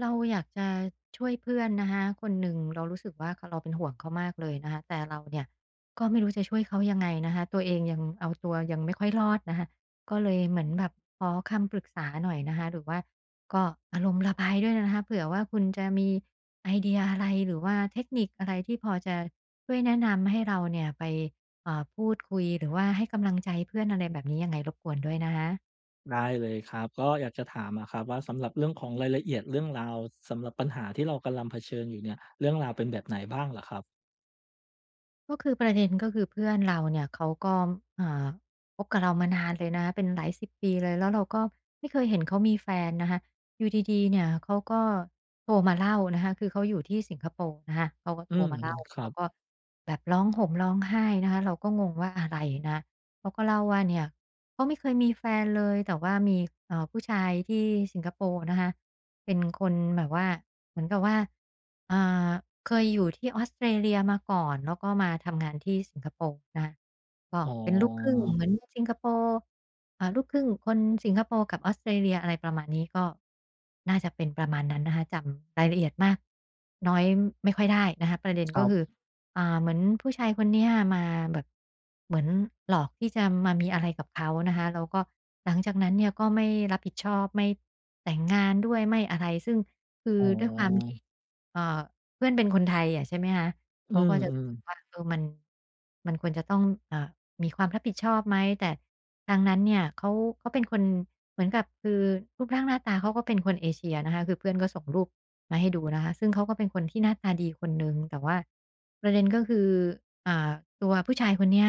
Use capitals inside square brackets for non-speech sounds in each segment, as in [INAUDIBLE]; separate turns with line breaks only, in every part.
เราอยากจะช่วยเพื่อนนะคะคนหนึ่งเรารู้สึกว่าเราเป็นห่วงเขามากเลยนะคะแต่เราเนี่ยก็ไม่รู้จะช่วยเขายังไงนะคะตัวเองยังเอาตัวยังไม่ค่อยรอดนะคะก็เลยเหมือนแบบขอคำปรึกษาหน่อยนะคะหรือว่าก็อารมณ์ระบายด้วยนะคะเผื่อว่าคุณจะมีไอเดียอะไรหรือว่าเทคนิคอะไรที่พอจะช่วยแนะนำให้เราเนี่ยไปพูดคุยหรือว่าให้กำลังใจเพื่อนอะไรแบบนี้ยังไงรบกวนด้วยนะคะ
ได้เลยครับก็อยากจะถามอะครับว่าสำหรับเรื่องของรายละเอียดเรื่องราวสำหรับปัญหาที่เรากำลังเผชิญอยู่เนี่ยเรื่องราวเป็นแบบไหนบ้างเหรอครับ
ก็คือประเด็นก็คือเพื่อนเราเนี่ยเขาก็อ่าคบกับเรามานานเลยนะเป็นหลายสิบปีเลยแล้วเราก็ไม่เคยเห็นเขามีแฟนนะคะอยู่ดีๆเนี่ยเขาก็โทรมาเล่านะคะคือเขาอยู่ที่สิงคโปร์นะคะเขาก็
อื
โทร
ม
มาเล่า
ครั
แล้
บ
วก็แบบร้องห่มร้องไห้นะคะเราก็งงว่าอะไรนะเขาก็เล่าว่าเนี่ยเขาไม่เคยมีแฟนเลยแต่ว่ามีผู้ชายที่สิงคโปร์นะคะเป็นคนแบบว่า เหมือนกับว่าอ่าเคยอยู่ที่ออสเตรเลียมาก่อนแล้วก็มาทำงานที่สิงคโปร์นะก็
อ๋
เป็นลูกครึ่ง
อ
เหมือนสิงคโปร์อ่าลูกครึ่งคนสิงคโปร์กับออสเตรเลียอะไรประมาณนี้ก็น่าจะเป็นประมาณนั้นนะคะจำรายละเอียดมากน้อยไม่ค่อยได้นะคะประเด็น
ค
ก็
รั
คือ
บ
เหมือนผู้ชายคนเนี้ยมาแบบเหมือนหลอกที่จะมามีอะไรกับเขานะคะแล้วก็หลังจากนั้นเนี่ยก็ไม่รับผิดชอบไม่แต่งงานด้วยไม่อะไรซึ่ง คือ
อ๋อ
ด้วยความมที่เอ่อเพื่อนเป็นคนไทยอะใช่ไหมคะ
อื
เขาก็จะรู้
ม
สึกว่า
ๆ
เออมันควรจะต้องอ่ามีความรับผิดชอบไหมแต่ทางนั้นเนี่ยเขาเป็นคนเหมือนกับคือรูปร่างหน้าตาเขาก็เป็นคนเอเชียนะคะคือเพื่อนก็ส่งรูปมาให้ดูนะคะซึ่งเขาก็เป็นคนที่หน้าตาดีคนหนึ่งแต่ว่าประเด็นก็คืออ่าตัวผู้ชายคนเนี้ย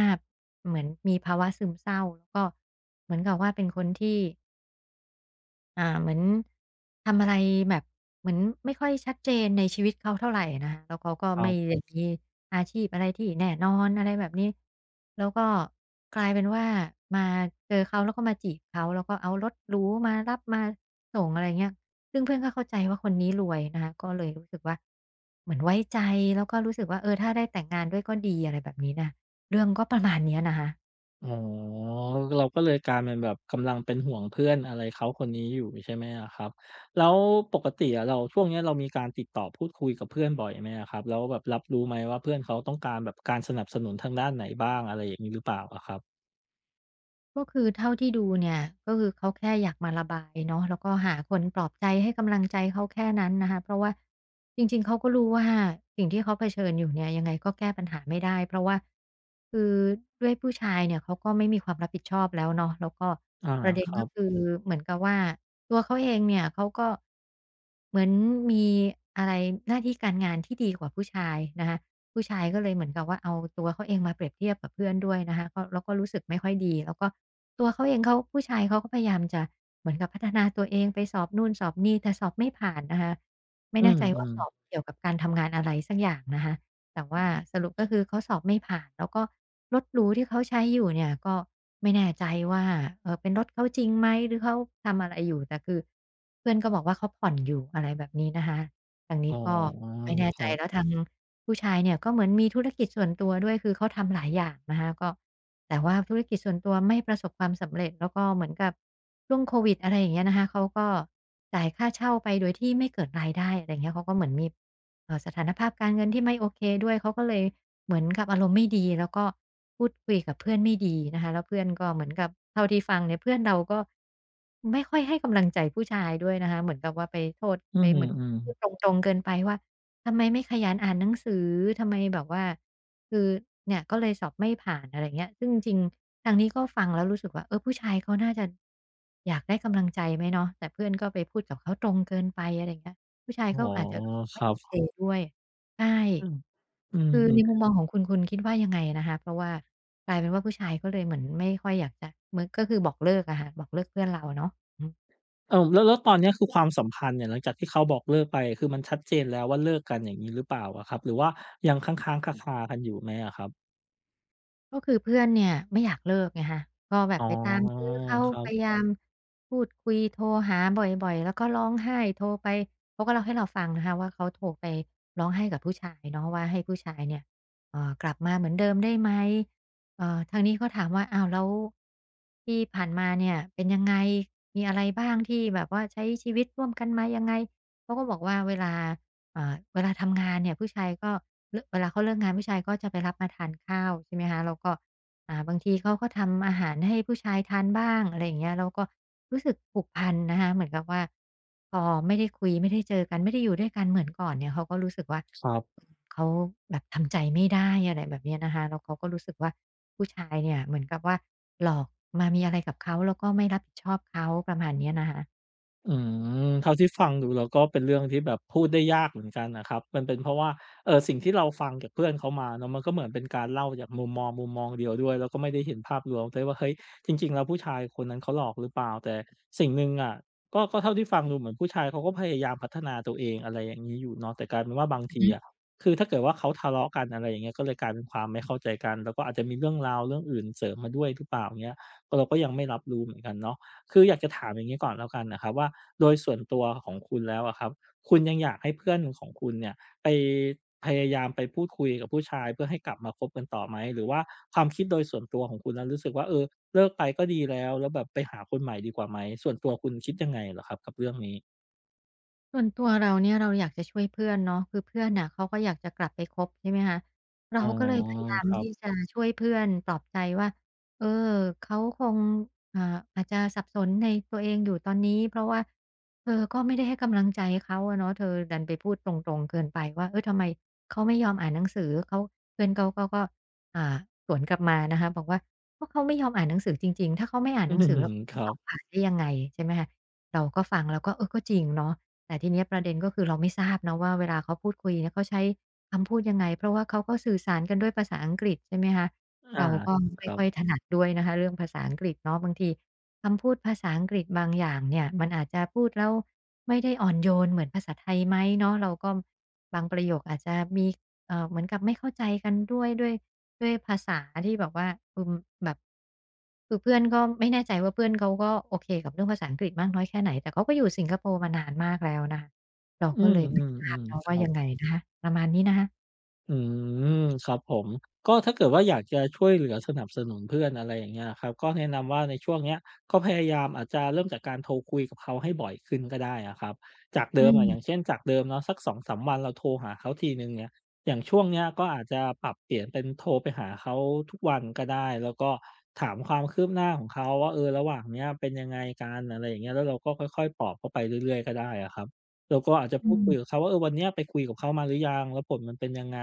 เหมือนมีภาวะซึมเศร้าแล้วก็เหมือนกับว่าเป็นคนที่ เหมือนทำอะไรแบบเหมือนไม่ค่อยชัดเจนในชีวิตเขาเท่าไรนะคะแล้วเขาก็
ครั
ไม่
บ
ได้มีอาชีพอะไรที่แน่นอนอะไรแบบนี้แล้วก็กลายเป็นว่ามาเจอเขาแล้วก็มาจีบเขาแล้วก็เอารถหรูมารับมาส่งอะไรเงี้ยซึ่งเพื่อนก็เข้าใจว่าคนนี้รวยนะคะก็เลยรู้สึกว่าเหมือนไว้ใจแล้วก็รู้สึกว่าเออถ้าได้แต่งงานด้วยก็ดีอะไรแบบนี้น่ะเรื่องก็ประมาณเนี้ยนะคะ
อ๋อเราก็เลยกลายเป็นแบบกำลังเป็นห่วงเพื่อนอะไรเขาคนนี้อยู่ใช่ไหมอะครับแล้วปกติอะเราช่วงเนี้ยเรามีการติดต่อพูดคุยกับเพื่อนบ่อยไหมอะครับแล้วแบบรับรู้ไหมว่าเพื่อนเขาต้องการแบบการสนับสนุนทางด้านไหนบ้างอะไรอย่างงี้หรือเปล่าอะครับ
ก็คือเท่าที่ดูเนี่ยก็คือเขาแค่อยากมาระบายเนาะแล้วก็หาคนปลอบใจให้กำลังใจเขาแค่นั้นนะคะเพราะว่าจริงๆเขาก็รู้ว่าสิ่งที่เขาเผชิญอยู่เนี่ยยังไงก็แก้ปัญหาไม่ได้เพราะว่าคือด้วยผู้ชายเนี่ยเขาก็ไม่มีความรับผิดชอบแล้วเนาะแล้วก็
อา
ประเด็
ค
นื
รั
ก็
บ
คือเหมือนกับว่าตัวเขาเองเนี่ยเขาก็เหมือนมีอะไรหน้าที่การงานที่ดีกว่าผู้ชายนะคะ ผู้ชายก็เลยเหมือนกับว่าเอาตัวเขาเองมาเปรียบเทียบกับเพื่อนด้วยนะคะก็แล้วก็รู้สึกไม่ค่อยดีแล้วก็ตัวเขาเองเขาผู้ชายเขาก็พยายามจะเหมือนกับพัฒนาตัวเองไปสอบนู่นสอบนี่แต่สอบไม่ผ่านนะคะไม่
อื
แน่
ม
ใจ
อื
ว่า
ม
สอบเกี่ยวกับการทำงานอะไรสักอย่างนะคะแต่ว่าสรุปก็คือเขาสอบไม่ผ่านแล้วก็รถหรูที่เขาใช้อยู่เนี่ยก็ไม่แน่ใจว่าเป็นรถเขาจริงไหมหรือเขาทำอะไรอยู่แต่คือเพื่อนก็บอกว่าเขาผ่อนอยู่อะไรแบบนี้นะคะทาง
อ๋
นี้
อ
ก็ไม่แน่
ค
ใจ
รั
แล้ว
บ
ทาง ผู้ชายเนี่ยก็เหมือนมีธุรกิจส่วนตัวด้วยคือเขาทำหลายอย่างนะคะก็แต่ว่าธุรกิจส่วนตัวไม่ประสบความสำเร็จแล้วก็เหมือนกับช่วงโควิดอะไรอย่างเงี้ยนะคะเขาก็จ่ายค่าเช่าไปโดยที่ไม่เกิดรายได้อะไรอย่างเงี้ยเขาก็เหมือนมีสถานภาพการเงินที่ไม่โอเคด้วยเขาก็เลยเหมือนกับอารมณ์ไม่ดีแล้วก็พูดคุยกับเพื่อนไม่ดีนะคะแล้วเพื่อนก็เหมือนกับเท่าที่ฟังเนี่ยเพื่อนเราก็ไม่ค่อยให้กำลังใจผู้ชายด้วยนะคะเหมือนกับว่าไปโทษ
อื
ไป
ม
เหมือน
อืม
พูดตรงๆเกินไปว่า ทำไมไม่ขยันอ่านหนังสือ ทำไมแบบว่าคือเนี่ยก็เลยสอบไม่ผ่านอะไรเงี้ยซึ่งจริงๆทางนี้ก็ฟังแล้วรู้สึกว่าเออผู้ชายเขาน่าจะอยากได้กำลังใจไหมเนาะแต่เพื่อนก็ไปพูดกับเขาตรงเกินไปอะไรเงี้ยผู้ชาย
อ๋อ
ก็อาจจะรู้สึก
ค
ไม่
รั
โอ
บ
เคด้วยใช่
อืมอื
คือใน
ม
มุมมองของคุณคุณคิดว่ายังไงนะคะเพราะว่ากลายเป็นว่าผู้ชายก็เลยเหมือนไม่ค่อยอยากจะเหมือนก็คือบอกเลิกอะค่ะบอกเลิกเพื่อนเราเนาะอืม
ๆอ้าวแล้วแล้วตอนเนี้ยคือความสัมพันธ์เนี่ยหลังจากที่เขาบอกเลิกไปคือมันชัดเจนแล้วว่าเลิกกันอย่างงี้หรือเปล่าอะครับหรือว่ายังค้างๆคาๆกันอยู่ไหมอะครับ
ก็คือเพื่อนเนี่ยไม่อยากเลิกไงคะก็แบ
อ๋
บ
อ
ไปตามตื้อเข้า
ครั
พยา
บ
ยามพูดคุยโทรหาบ่อยๆแล้วก็ร้องไห้โทรไปเขาก็เล่าให้เราฟังนะคะว่าเขาโทรไปร้องไห้กับผู้ชายเนาะว่าให้ผู้ชายเนี่ยกลับมาเหมือนเดิมได้ไหมทางนี้ก็ถามว่าอ้าวแล้วที่ผ่านมาเนี่ยเป็นยังไงมีอะไรบ้างที่แบบว่าใช้ชีวิตร่วมกันมายังไงเขาก็บอกว่าเวลา เวลาทำงานเนี่ยผู้ชายก็เลิกเวลาเขาเลิกงานผู้ชายก็จะไปรับมาทานข้าวใช่ไหมคะแล้วก็บางทีเขาก็ทำอาหารให้ผู้ชายทานบ้างอะไรอย่างเงี้ยเราก็รู้สึกผูกพันนะคะเหมือนกับว่าพอไม่ได้คุยไม่ได้เจอกันไม่ได้อยู่ด้วยกันเหมือนก่อนเนี่ยเขาก็รู้สึกว่า
ครับ
เขาแบบทำใจไม่ได้อะไรแบบเนี้ยนะคะแล้วเขาก็รู้สึกว่าผู้ชายเนี่ยเหมือนกับว่าหลอกมามีอะไรกับเขาแล้วก็ไม่รับผิดชอบเขาประมาณเนี้ยนะคะ
อืมเท่าที่ฟังดูแล้วก็เป็นเรื่องที่แบบพูดได้ยากเหมือนกันนะครับมันเป็นเพราะว่าเออสิ่งที่เราฟังจากเพื่อนเขามาเนาะมันก็เหมือนเป็นการเล่าจากมุมมองเดียวด้วยแล้วก็ไม่ได้เห็นภาพรวมด้วยว่าเฮ้ยจริงๆแล้วผู้ชายคนนั้นเขาหลอกหรือเปล่าแต่สิ่งหนึ่งอะก็เท่าที่ฟังดูเหมือนผู้ชายเขาก็พยายามพัฒนาตัวเองอะไรอย่างงี้อยู่เนาะแต่กลายเป็นว่าบางทีอะคือถ้าเกิดว่าเขาทะเลาะกันอะไรอย่างเงี้ยก็เลยกลายเป็นความไม่เข้าใจกันแล้วก็อาจจะมีเรื่องราวเรื่องอื่นเสริมมาด้วยหรือเปล่าอย่างเงี้ยก็เราก็ยังไม่รับรู้เหมือนกันเนาะ คืออยากจะถามอย่างนี้ก่อนแล้วกันนะครับว่าโดยส่วนตัวของคุณแล้วอะครับคุณยังอยากให้เพื่อนของคุณเนี่ยไปพยายามไปพูดคุยกับผู้ชายเพื่อให้กลับมาคบกันต่อไหมหรือว่าความคิดโดยส่วนตัวของคุณแล้วรู้สึกว่าเออเลิกไปก็ดีแล้วแล้วแบบไปหาคนใหม่ดีกว่าไหมส่วนตัวคุณคิดยังไงเหรอครับกับเรื่องนี้
ส่วนตัวเราเนี่ยเราอยากจะช่วยเพื่อนเนาะคือเพื่อนน่ะเขาก็อยากจะกลับไปคบใช่ไหมคะเรา
อ๋อ
ก็เลยพยายาม
ครั
ที่
บ
จะช่วยเพื่อนปลอบใจว่าเออเขาคงอ่าอาจจะสับสนในตัวเองอยู่ตอนนี้เพราะว่าเธอก็ไม่ได้ให้กำลังใจเขาอะเนาะเธอดันไปพูดตรงๆเกินไปว่าเออทำไมเขาไม่ยอมอ่านหนังสือเขาเพื่อนเขาก็อ่าสวนกลับมานะคะบอกว่าก็เขาไม่ยอมอ่านหนังสือจริงๆถ้าเขาไม่อ่าน
อื
หนัง
อ
สือ
ฮื
แล้
อ
วเขา
ค
จะ
รั
ส
บ
อบผ่านได้ยังไงใช่ไหมคะเราก็ฟังแล้วก็เออก็จริงเนาะ แต่ทีเนี้ยประเด็นก็คือเราไม่ทราบนะว่าเวลาเขาพูดคุยเนี่ยเขาใช้คำพูดยังไงเพราะว่าเขาก็สื่อสารกันด้วยภาษาอังกฤษใช่ไหมคะ
อา
เราก็
ค
ไม่
รั
ค่อย
บ
ถนัดด้วยนะคะเรื่องภาษาอังกฤษเนาะบางทีคำพูดภาษาอังกฤษบางอย่างเนี่ยมันอาจจะพูดแล้วไม่ได้อ่อนโยนเหมือนภาษาไทยไหมเนาะเราก็บางประโยคอาจจะมีเหมือนกับไม่เข้าใจกันด้วย ด้วยภาษาที่แบบว่าอืมแบบคือเพื่อนก็ไม่แน่ใจว่าเพื่อนเขาก็โอเคกับเรื่องภาษาอังกฤษมากน้อยแค่ไหนแต่เขาก็อยู่สิงคโปร์มานานมากแล้วนะคะเรา
อื
ก็เลยไม่ทราบ
มๆ
เนาะ
ๆค
ว่า
รั
ยังไง
บ
นะคะประมาณนี้นะคะ
อืมครับผมก็ถ้าเกิดว่าอยากจะช่วยเหลือสนับสนุนเพื่อนอะไรอย่างเงี้ยครับก็แนะนำว่าในช่วงเนี้ยก็พยายามอาจจะเริ่มจากการโทรคุยกับเขาให้บ่อยขึ้นก็ได้อะครับจากเดิ
อื
มอะอย่าง
ม
เช่นจากเดิมเนาะสัก2-3วันเราโทรหาเขาทีหนึ่งเนี่ยอย่างช่วงเนี้ยก็อาจจะปรับเปลี่ยนเป็นโทรไปหาเขาทุกวันก็ได้แล้วก็ถามความคืบหน้าของเขาว่าเออระหว่างเนี้ยเป็นยังไงกันอะไรอย่างเงี้ยแล้วเราก็ค่อยๆปลอบเขาไปเรื่อยๆก็ได้อะครับ เราก็อาจจะพู
อื
ดคุยกับ
ม
เขาว่าเออวันเนี้ยไปคุยกับเขามาหรือยังแล้วผลมันเป็นยังไง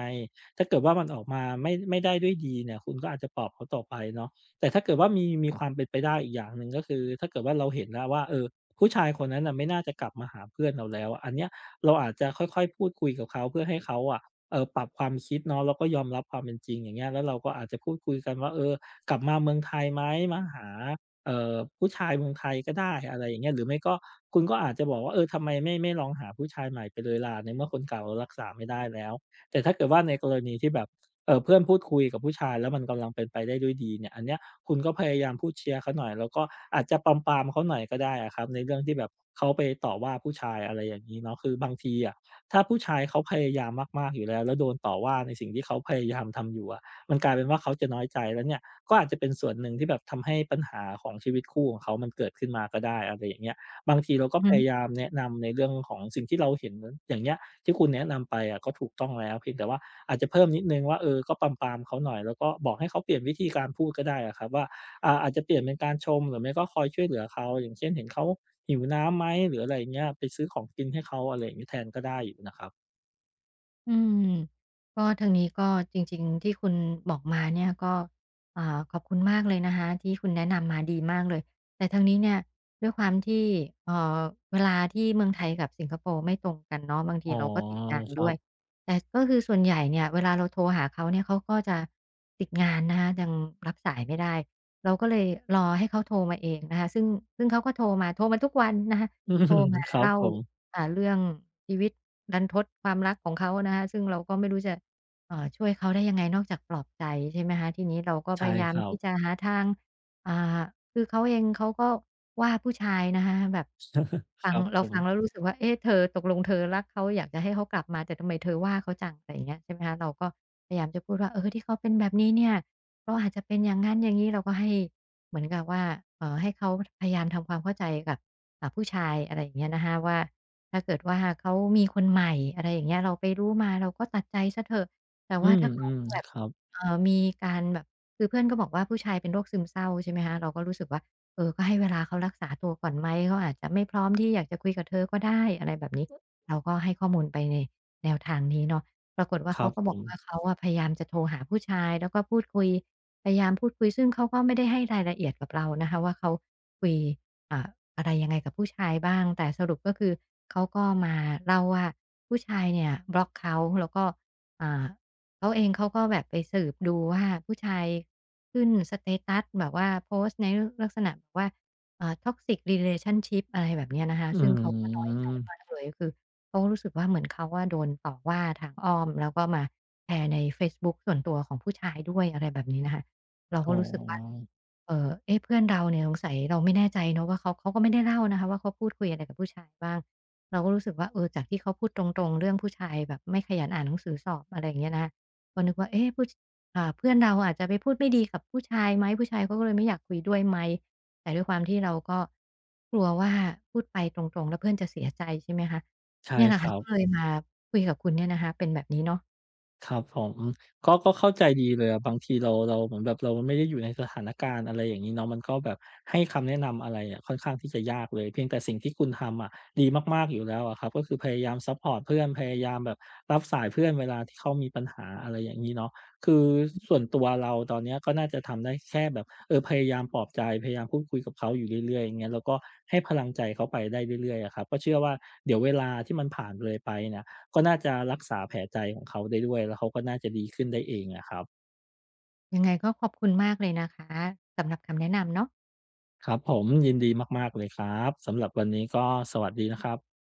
ถ้าเกิดว่ามันออกมาไม่ได้ด้วยดีเนี่ยคุณก็อาจจะปลอบเขาต่อไปเนาะแต่ถ้าเกิดว่ามีความเป็นไปได้อีกอย่างหนึ่งก็คือถ้าเกิดว่าเราเห็นแล้วว่าเออผู้ชายคนนั้นน่ะไม่น่าจะกลับมาหาเพื่อนเราแล้วอันเนี้ยเราอาจจะค่อยๆพูดคุยกับเขาเพื่อให้เขาอะปรับความคิดเนาะแล้วก็ยอมรับความเป็นจริงอย่างเงี้ยแล้วเราก็อาจจะพูดคุยกันว่าเออกลับมาเมืองไทยไหมมาหา ผู้ชายเมืองไทยก็ได้อะไรอย่างเงี้ยหรือไม่ก็คุณก็อาจจะบอกว่าเออทำไมไม่ลองหาผู้ชายใหม่ไปเลยล่ะในเมื่อคนเก่าเรารักษาไม่ได้แล้วแต่ถ้าเกิดว่าในกรณีที่แบบเพื่อนพูดคุยกับผู้ชายแล้วมันกำลังเป็นไปได้ด้วยดีเนี่ยอันเนี้ยคุณก็พยายามพูดเชียร์เขาหน่อยแล้วก็อาจจะปรามๆเขาหน่อยก็ได้อะครับในเรื่องที่แบบเขาไปต่อว่าผู้ชายอะไรอย่างงี้เนาะคือบางทีอะถ้าผู้ชายเขาพยายามมากๆอยู่แล้วแล้วโดนต่อว่าในสิ่งที่เขาพยายามทำอยู่อะ มันกลายเป็นว่าเขาจะน้อยใจแล้วเนี่ยก็อาจจะเป็นส่วนหนึ่งที่แบบทำให้ปัญหาของชีวิตคู่ของเขามันเกิดขึ้นมาก็ได้อะไรอย่างเงี้ยบางทีเราก็
อือ
พ
ฮึ
ยายามแนะนำในเรื่องของสิ่งที่เราเห็นอย่างเงี้ยที่คุณแนะนำไปอะก็ถูกต้องแล้วเพียงแต่ว่าอาจจะเพิ่มนิดหนึ่งว่าเออก็ปรามๆเขาหน่อยแล้วก็บอกให้เขาเปลี่ยนวิธีการพูดก็ได้อะครับว่าอาจจะเปลี่ยนเป็นการชมหรือไม่ก็คอยช่วยเหลือเขาอย่างเช่นเห็นเขาหิวน้ำไหมหรืออะไรอย่างเงี้ยไปซื้อของกินให้เขาอะไรอย่างงี้แทนก็ได้อยู่นะครับ
อืมก็ทางนี้ก็จริงๆที่คุณบอกมาเนี่ยก็อ่าขอบคุณมากเลยนะคะที่คุณแนะนำมาดีมากเลยแต่ทางนี้เนี่ยด้วยความที่เอ่อเวลาที่เมืองไทยกับสิงคโปร์ไม่ตรงกันเนาะบาง
อ๋
ที
อ
เราก็ติดงาน
ครั
ด้ว
บ
ยแต่ก็คือส่วนใหญ่เนี่ยเวลาเราโทรหาเขาเนี่ยเขาก็จะติดงานนะคะยังรับสายไม่ได้เราก็เลยรอให้เขาโทรมาเองนะคะซึ่งเขาก็โทรมาทุกวันนะคะโท
[LAUGHS] อื
ร
ม
มา
ครับ
เล่า
ผม
เรื่องชีวิตดันทดความรักของเขานะคะซึ่งเราก็ไม่รู้จะช่วยเขาได้ยังไงนอกจากปลอบใจใช่ไหมคะทีนี้เราก็พ
ใช่
ยายา
ค
ม
รับ
ที่จะหาทางอ่าคือเขาเองเขาก็ว่าผู้ชายนะคะแบบ
ค
ฟัง
รับผ
เราฟังแล้ว
ม
รู้สึกว่าเอ๊ะเธอตกลงเธอรักเขาอยากจะให้เขากลับมาแต่ทำไมเธอว่าเขาจังอะไรอย่างเงี้ยใช่ไหมคะเราก็พยายามจะพูดว่าเออที่เขาเป็นแบบนี้เนี่ยเพราะอาจจะเป็นอย่างงั้นอย่างงี้เราก็ให้เหมือนกับว่าให้เขาพยายามทำความเข้าใจกับผู้ชายอะไรอย่างเงี้ยนะคะว่า ถ้าเกิดว่าเขามีคนใหม่อะไรอย่างเงี้ยเราไปรู้มาเราก็ตัดใจเสียเถอะแต่
อื
ว่าถ้าเขา
ม
แบบ
ๆครับ
มีการแบบคือเพื่อนก็บอกว่าผู้ชายเป็นโรคซึมเศร้าใช่ไหมคะเราก็รู้สึกว่าเออก็ให้เวลาเขารักษาตัวก่อนไหมเขาอาจจะไม่พร้อมที่อยากจะคุยกับเธอก็ได้อะไรแบบนี้เราก็ให้ข้อมูลไปในแนวทางนี้เนาะปรากฏว่า
ครั
เขา
บ
ก็
ผ
บอก
ม
ว่าเขาอะพยายามจะโทรหาผู้ชายแล้วก็พูดคุยพยายามพูดคุยซึ่งเขาก็ไม่ได้ให้รายละเอียดกับเรานะคะว่าเขาคุย อ่าอะไรยังไงกับผู้ชายบ้างแต่สรุปก็คือเขาก็มาเล่าว่าผู้ชายเนี่ยบล็อกเขาแล้วก็อ่าเขาเองเขาก็แบบไปสืบดูว่าผู้ชายขึ้นสเตตัสแบบว่าโพสต์ในลักษณะแบบว่าtoxic relationship อะไรแบบเนี้ยนะคะ
อื
ซึ่งเขาก็น้อยใจมา
ม
กเลยคือเขารู้สึกว่าเหมือนเขาอะโดนต่อว่าทางอ้อมแล้วก็มาแชร์ในเฟซบุ๊กส่วนตัวของผู้ชายด้วยอะไรแบบนี้นะคะ เรา
อ๋
ก็รู้สึกว่า
อ
เอ๊ะเพื่อนเราเนี่ยสงสัยเราไม่แน่ใจเนาะว่าเขาก็ไม่ได้เล่านะคะว่าเขาพูดคุยอะไรกับผู้ชายบ้างเราก็รู้สึกว่าเออจากที่เขาพูดตรงๆเรื่องผู้ชายแบบไม่ขยันอ่านหนังสือสอบอะไรอย่างเงี้ยนะก็นึกว่าเอ๊ะผู้เพื่อนเราอาจจะไปพูดไม่ดีกับผู้ชายไหมผู้ชายเขาก็เลยไม่อยากคุยด้วยไหมแต่ด้วยความที่เราก็กลัวว่าพูดไปตรงๆแล้วเพื่อนจะเสียใจใช่ไหมคะ
ใช่
เนี่ยแหละ
ครั
ค่ะก็เล
บ
ยมาคุยกับคุณเนี่ยนะคะเป็นแบบนี้เนาะ
ครับผมก็เข้าใจดีเลยอะบางทีเราเหมือนแบบเราไม่ได้อยู่ในสถานการณ์อะไรอย่างงี้เนาะมันก็แบบให้คำแนะนำอะไรอะค่อนข้างที่จะยากเลยเพียงแต่สิ่งที่คุณทำอะดีมากๆอยู่แล้วอะครับก็คือพยายามซัปพอร์ตเพื่อนพยายามแบบรับสายเพื่อนเวลาที่เขามีปัญหาอะไรอย่างงี้เนาะคือส่วนตัวเราตอนเนี้ยก็น่าจะทำได้แค่แบบเออพยายามปลอบใจพยายามพูดคุยกับเขาอยู่เรื่อยๆอย่างเงี้ยแล้วก็ให้พลังใจเขาไปได้เรื่อยๆอะครับก็เชื่อว่าเดี๋ยวเวลาที่มันผ่านเลยไปเนี่ย ก็น่าจะรักษาแผลใจของเขาได้ด้วยแล้วเขาก็น่าจะดีขึ้นได้เองอะครับ
ยังไงก็ขอบคุณมากเลยนะคะสำหรับคำแนะนำเนาะ
ครับผมยินดีมากๆเลยครับสำหรับวันนี้ก็สวัสดีนะครับ